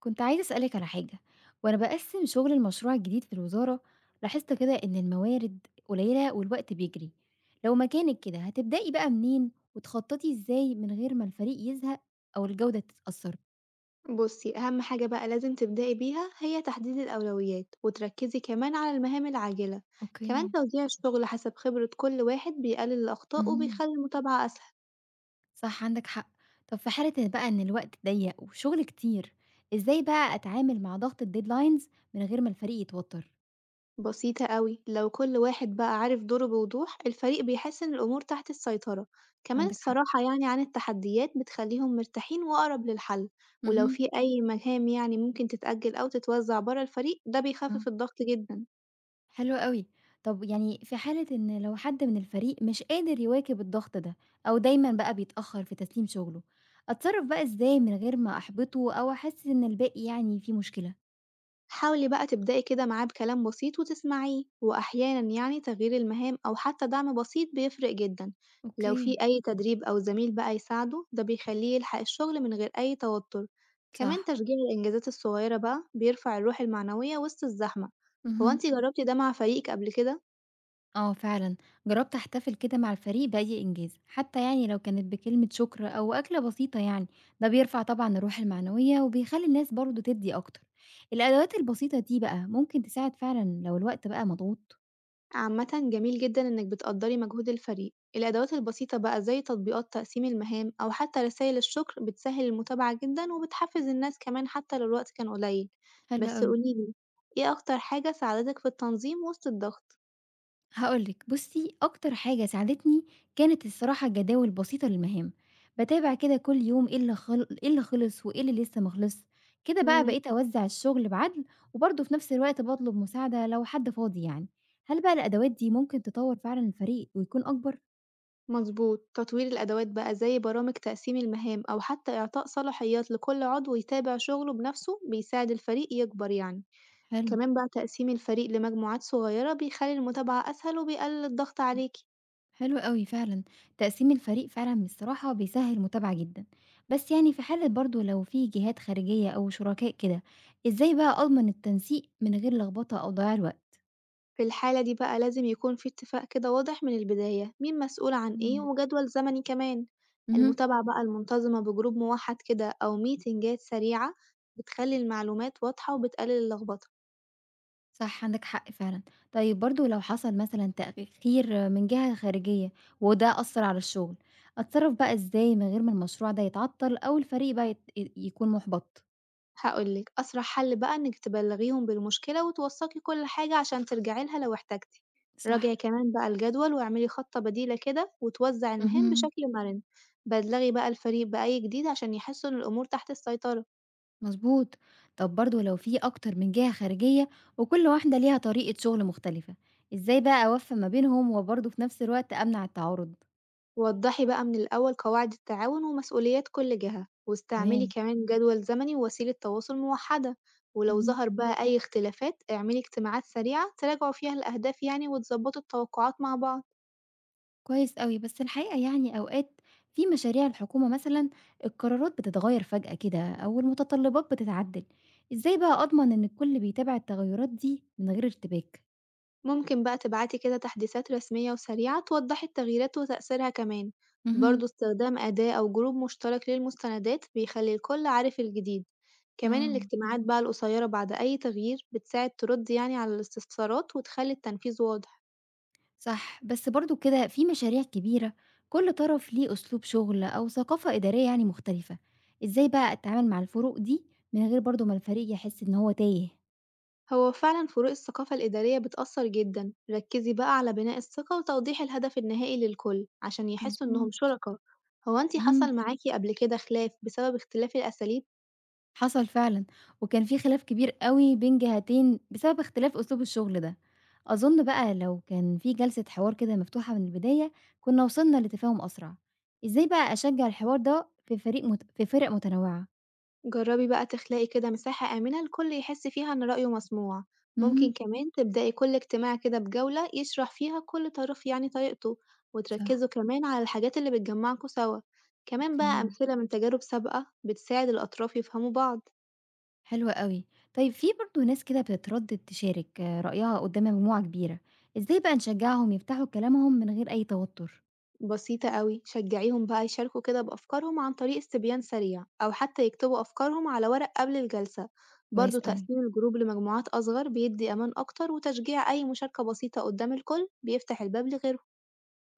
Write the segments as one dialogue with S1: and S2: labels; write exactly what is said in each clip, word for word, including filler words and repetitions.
S1: كنت عايزة أسألك على حاجة وأنا بقسم شغل المشروع الجديد في الوزارة. لاحظت كده إن الموارد قليلة والوقت بيجري. لو مكانك كده هتبدأي بقى منين وتخططي إزاي من غير ما الفريق يزهق أو الجودة تتأثر؟
S2: بصي، أهم حاجة بقى لازم تبدأي بيها هي تحديد الأولويات وتركزي كمان على المهام العاجلة. كمان
S1: اوكي.
S2: توزيع الشغل حسب خبرة كل واحد بيقلل الأخطاء
S1: مهم.
S2: وبيخلي المتابعة أسهل.
S1: صح، عندك حق. طب في حالة إن بقى إن الوقت ضيق وشغل كتير، إزاي بقى أتعامل مع ضغط الديدلاينز من غير ما الفريق يتوتر؟
S2: بسيطة قوي، لو كل واحد بقى عارف دوره بوضوح، الفريق بيحس إن الأمور تحت السيطرة. كمان
S1: عندك حق.
S2: الصراحة يعني عن التحديات بتخليهم مرتاحين وأقرب للحل. ولو
S1: مهم.
S2: في أي مهام يعني ممكن تتأجل أو تتوزع برا الفريق، ده
S1: آه.
S2: بيخفف الضغط جدا.
S1: حلو أوي. طب يعني في حالة إن لو حد من الفريق مش قادر يواكب الضغط ده أو دايمًا بقى بيتأخّر في تسليم شغله، أتصرّف بقى إزاي من غير ما أحبطه أو أحسّس إن الباقي يعني في مشكلة؟
S2: حاولي بقى تبدأي كده معاه بكلام بسيط وتسمعيه، وأحيانا يعني تغيير المهام أو حتى دعم بسيط بيفرق جدا. لو
S1: اوكي.
S2: في أي تدريب أو زميل بقى يساعده، ده بيخليه يلحق الشغل من غير أي توتر. كمان
S1: صح.
S2: تشجيع الإنجازات الصغيرة بقى بيرفع الروح المعنوية وسط الزحمة. هو
S1: اهم.
S2: انتي جربتي ده مع فريقك قبل كده؟
S1: آه فعلًا، جرّبت أحتفل كده مع الفريق بأي إنجاز، حتى يعني لو كانت بكلمة شكر أو أكلة بسيطة يعني، ده بيرفع طبعًا الروح المعنوية وبيخلّي الناس برضه تدّي أكتر. الأدوات البسيطة دي بقى ممكن تساعد فعلًا لو الوقت بقى مضغوط؟
S2: عامةً، جميل جدًا إنِّك بتقدّري مجهود الفريق، الأدوات البسيطة بقى زي تطبيقات تقسيم المهام أو حتى رسايل الشكر بتسهِّل المتابعة جدًا وبتحفّز الناس كمان حتى لو الوقت كان قليل.
S1: حلو
S2: بس
S1: أوي.
S2: قولي لي، إيه أكتر حاجة ساعدتك في التنظيم وسط الضغط؟
S1: هاقول لِك، بُصّي، أكتر حاجة ساعدتني كانت الصراحة جداول بسيطة للمهام، باتابع كده كل يوم إيه اللي خل إيه اللي خلص وإيه اللي لسه ما خلصش، كده بقى
S2: إمم،
S1: بقيت أوزّع الشغل بعدل، وبرضه في نفس الوقت باطلب مساعدة لو حد فاضي يعني. هل بقى الأدوات دي ممكن تطوّر فعلًا الفريق ويكون أكبر؟
S2: مضبوط، تطوير الأدوات بقى زي برامج تقسيم المهام أو حتى إعطاء صلاحيات لكل عضو يتابع شغله بنفسه بيساعد الفريق يكبر يعني.
S1: حلو،
S2: كمان بقى تقسيم الفريق لمجموعات صغيرة بيخلّي المتابعة أسهل وبيقلل الضغط عليكِ.
S1: حلو أوي فعلًا. تقسيم الفريق فعلًا الصراحة بيسهّل المتابعة جدًا، بس يعني في حالة برضه لو في جهات خارجية أو شركاء كده، إزاي بقى أضمن التنسيق من غير لخبطة أو ضياع الوقت؟
S2: في الحالة دي بقى لازم يكون في اتفاق كده واضح من البداية مين مسؤول عن ايه
S1: إمم.
S2: وجدول زمني كمان.
S1: اهم.
S2: المتابعة بقى المنتظمة بجروب موحد كده أو ميتنجات سريعة بتخلي المعلومات واضحة وبتقلل اللخبطة.
S1: صح، عندك حق فعلًا. طيب برضه لو حصل مثلًا تأخير من جهة خارجية وده أثّر على الشغل، أتصرّف بقى إزاي من غير ما المشروع ده يتعطّل أو الفريق بقى يت ي يكون مُحبَط؟
S2: هقولك أسرع حل بقى إنك تبلغيهم بالمشكلة وتوثقي كل حاجة عشان ترجعي لها لو احتجتي.
S1: صح.
S2: راجعي كمان بقى الجدول واعملي خطة بديلة كده وتوزعي المهام
S1: اهم.
S2: بشكل مرن. بلغي بقى الفريق بأي جديد عشان يحسوا إن الأمور تحت السيطرة.
S1: مضبوط. طب برضه لو في أكتر من جهة خارجية وكل واحدة ليها طريقة شغل مختلفة، إزاي بقى أوفّق ما بينهم وبرضه في نفس الوقت أمنع التعارض؟
S2: وضّحي بقى من الأول قواعد التعاون ومسؤوليات كل جهة، واستعملي
S1: تمام.
S2: كمان جدول زمني ووسيلة تواصل موحدة. ولو
S1: اهم.
S2: ظهر بقى أي اختلافات، اعملي اجتماعات سريعة تراجعوا فيها الأهداف يعني وتضبطوا التوقعات مع بعض.
S1: كويس أوي، بس الحقيقة يعني أوقات في مشاريع الحكومة مثلًا القرارات بتتغيّر فجأة كده أو المتطلبات بتتعدّل، إزاي بقى أضمن إن الكل بيتابع التغيرات دي من غير ارتباك؟
S2: ممكن بقى تبعتي كده تحديثات رسمية وسريعة توضحي التغييرات وتأثيرها كمان.
S1: اهم.
S2: برضه استخدام أداة أو جروب مشترك للمستندات بيخلي الكل عارف الجديد. كمان
S1: آه.
S2: الاجتماعات بقى القصيرة بعد أي تغيير بتساعد ترد يعني على الاستفسارات وتخلي التنفيذ واضح.
S1: صح، بس برضه كده في مشاريع كبيرة كل طرف ليه أسلوب شغل أو ثقافة إدارية يعني مختلفة، إزاي بقى أتعامل مع الفروق دي من غير برضه ما الفريق يحس إن هو تايه؟
S2: هو فعلا فروق الثقافة الإدارية بتأثر جدا. ركزي بقى على بناء الثقة وتوضيح الهدف النهائي للكل عشان يحسوا إنهم
S1: مضبوط.
S2: شركاء. هو أنتي
S1: اهم.
S2: حصل معاكي قبل كده خلاف بسبب اختلاف الأساليب؟
S1: حصل فعلًا، وكان في خلاف كبير أوي بين جهتين بسبب اختلاف أسلوب الشغل ده، أظن بقى لو كان في جلسة حوار كده مفتوحة من البداية كنا وصلنا لتفاهم أسرع. إزاي بقى أشجع الحوار ده في فريق مت في فرق متنوعة؟
S2: جربي بقى تخلقي كده مساحة آمنة الكل يحس فيها إن رأيه مسموع.
S1: اهم.
S2: ممكن كمان تبدأي كل اجتماع كده بجولة يشرح فيها كل طرف يعني طريقته،
S1: صح.
S2: وتركزوا كمان على الحاجات اللي بتجمعكوا سوا. كمان
S1: أوكي.
S2: بقى أمثلة من تجارب سابقة بتساعد الأطراف يفهموا بعض.
S1: حلو أوي. طيب في برضه ناس كده بتتردد تشارك آه، رأيها قدّام مجموعة كبيرة، إزاي بقى نشجعهم يفتحوا كلامهم من غير أي توتر؟
S2: بسيطة أوي، شجعيهم بقى يشاركوا كده بأفكارهم عن طريق استبيان سريع أو حتى يكتبوا أفكارهم على ورق قبل الجلسة. برضه
S1: كويس أوي.
S2: تقسيم الجروب لمجموعات أصغر بيدي أمان أكتر، وتشجيع أي مشاركة بسيطة قدام الكل بيفتح الباب لغيرهم.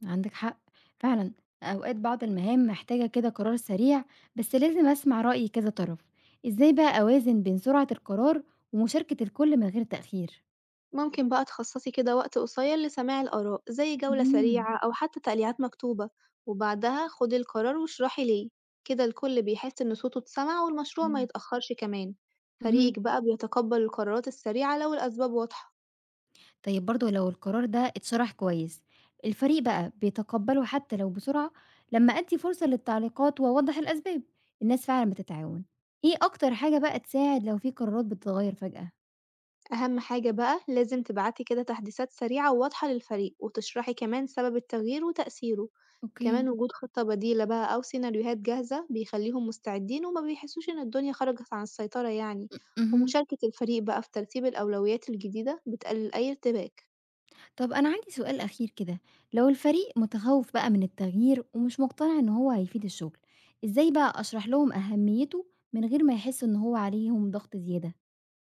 S1: عندك حق فعلا. أوقات بعض المهام محتاجة كده قرار سريع، بس لازم أسمع رأي كذا طرف. إزاي بقى أوازن بين سرعة القرار ومشاركة الكل من غير تأخير؟
S2: ممكن بقى تخصصي كده وقت قصير لسماع الآراء زي جولة
S1: مهم.
S2: سريعة أو حتى تقليعات مكتوبة، وبعدها خدي القرار واشرحي ليه. كده الكل بيحس إن صوته اتسمع والمشروع ما
S1: إيه.
S2: يتأخرش كمان.
S1: مهم.
S2: فريقك بقى بيتقبل القرارات السريعة لو الأسباب واضحة.
S1: طيب برضو لو القرار ده اتشرح كويس الفريق بقى بيتقبله حتى لو بسرعة. لما أدي فرصة للتعليقات وأوضح الأسباب الناس فعلا بتتعاون. إيه أكتر حاجة بقى تساعد لو في قرارات بتتغير فجأة؟
S2: أهم حاجة بقى لازم تبعتي كده تحديثات سريعة وواضحة للفريق وتشرحي كمان سبب التغيير وتأثيره.
S1: اوكي.
S2: كمان وجود خطة بديلة بقى أو سيناريوهات جاهزة بيخليهم مستعدين وما بيحسوش إن الدنيا خرجت عن السيطرة يعني.
S1: مهم.
S2: ومشاركة الفريق بقى في ترتيب الأولويات الجديدة بتقلل أي ارتباك.
S1: طب أنا عندي سؤال أخير كده، لو الفريق متخوف بقى من التغيير ومش مقتنع إن هو هيفيد الشغل، إزاي بقى أشرح لهم أهميته من غير ما يحسوا إن هو عليهم ضغط زيادة؟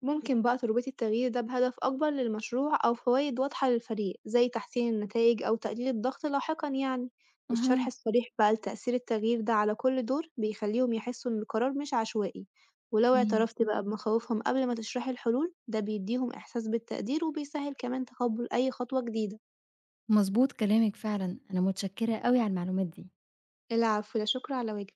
S2: ممكن بقى تربطي التغيير ده بهدف أكبر للمشروع أو فوايد واضحة للفريق زي تحسين النتائج أو تقليل الضغط لاحقا يعني. الشرح
S1: أها.
S2: الصريح بقى لتأثير التغيير ده على كل دور بيخليهم يحسوا إن القرار مش عشوائي. ولو
S1: أوكي.
S2: اعترفتي بقى بمخاوفهم قبل ما تشرحي الحلول، ده بيديهم إحساس بالتقدير وبيسهل كمان تقبل أي خطوة جديدة.
S1: مظبوط كلامك فعلا، أنا متشكرة أوي على المعلومات دي.
S2: العفو، لا شكر على واجب.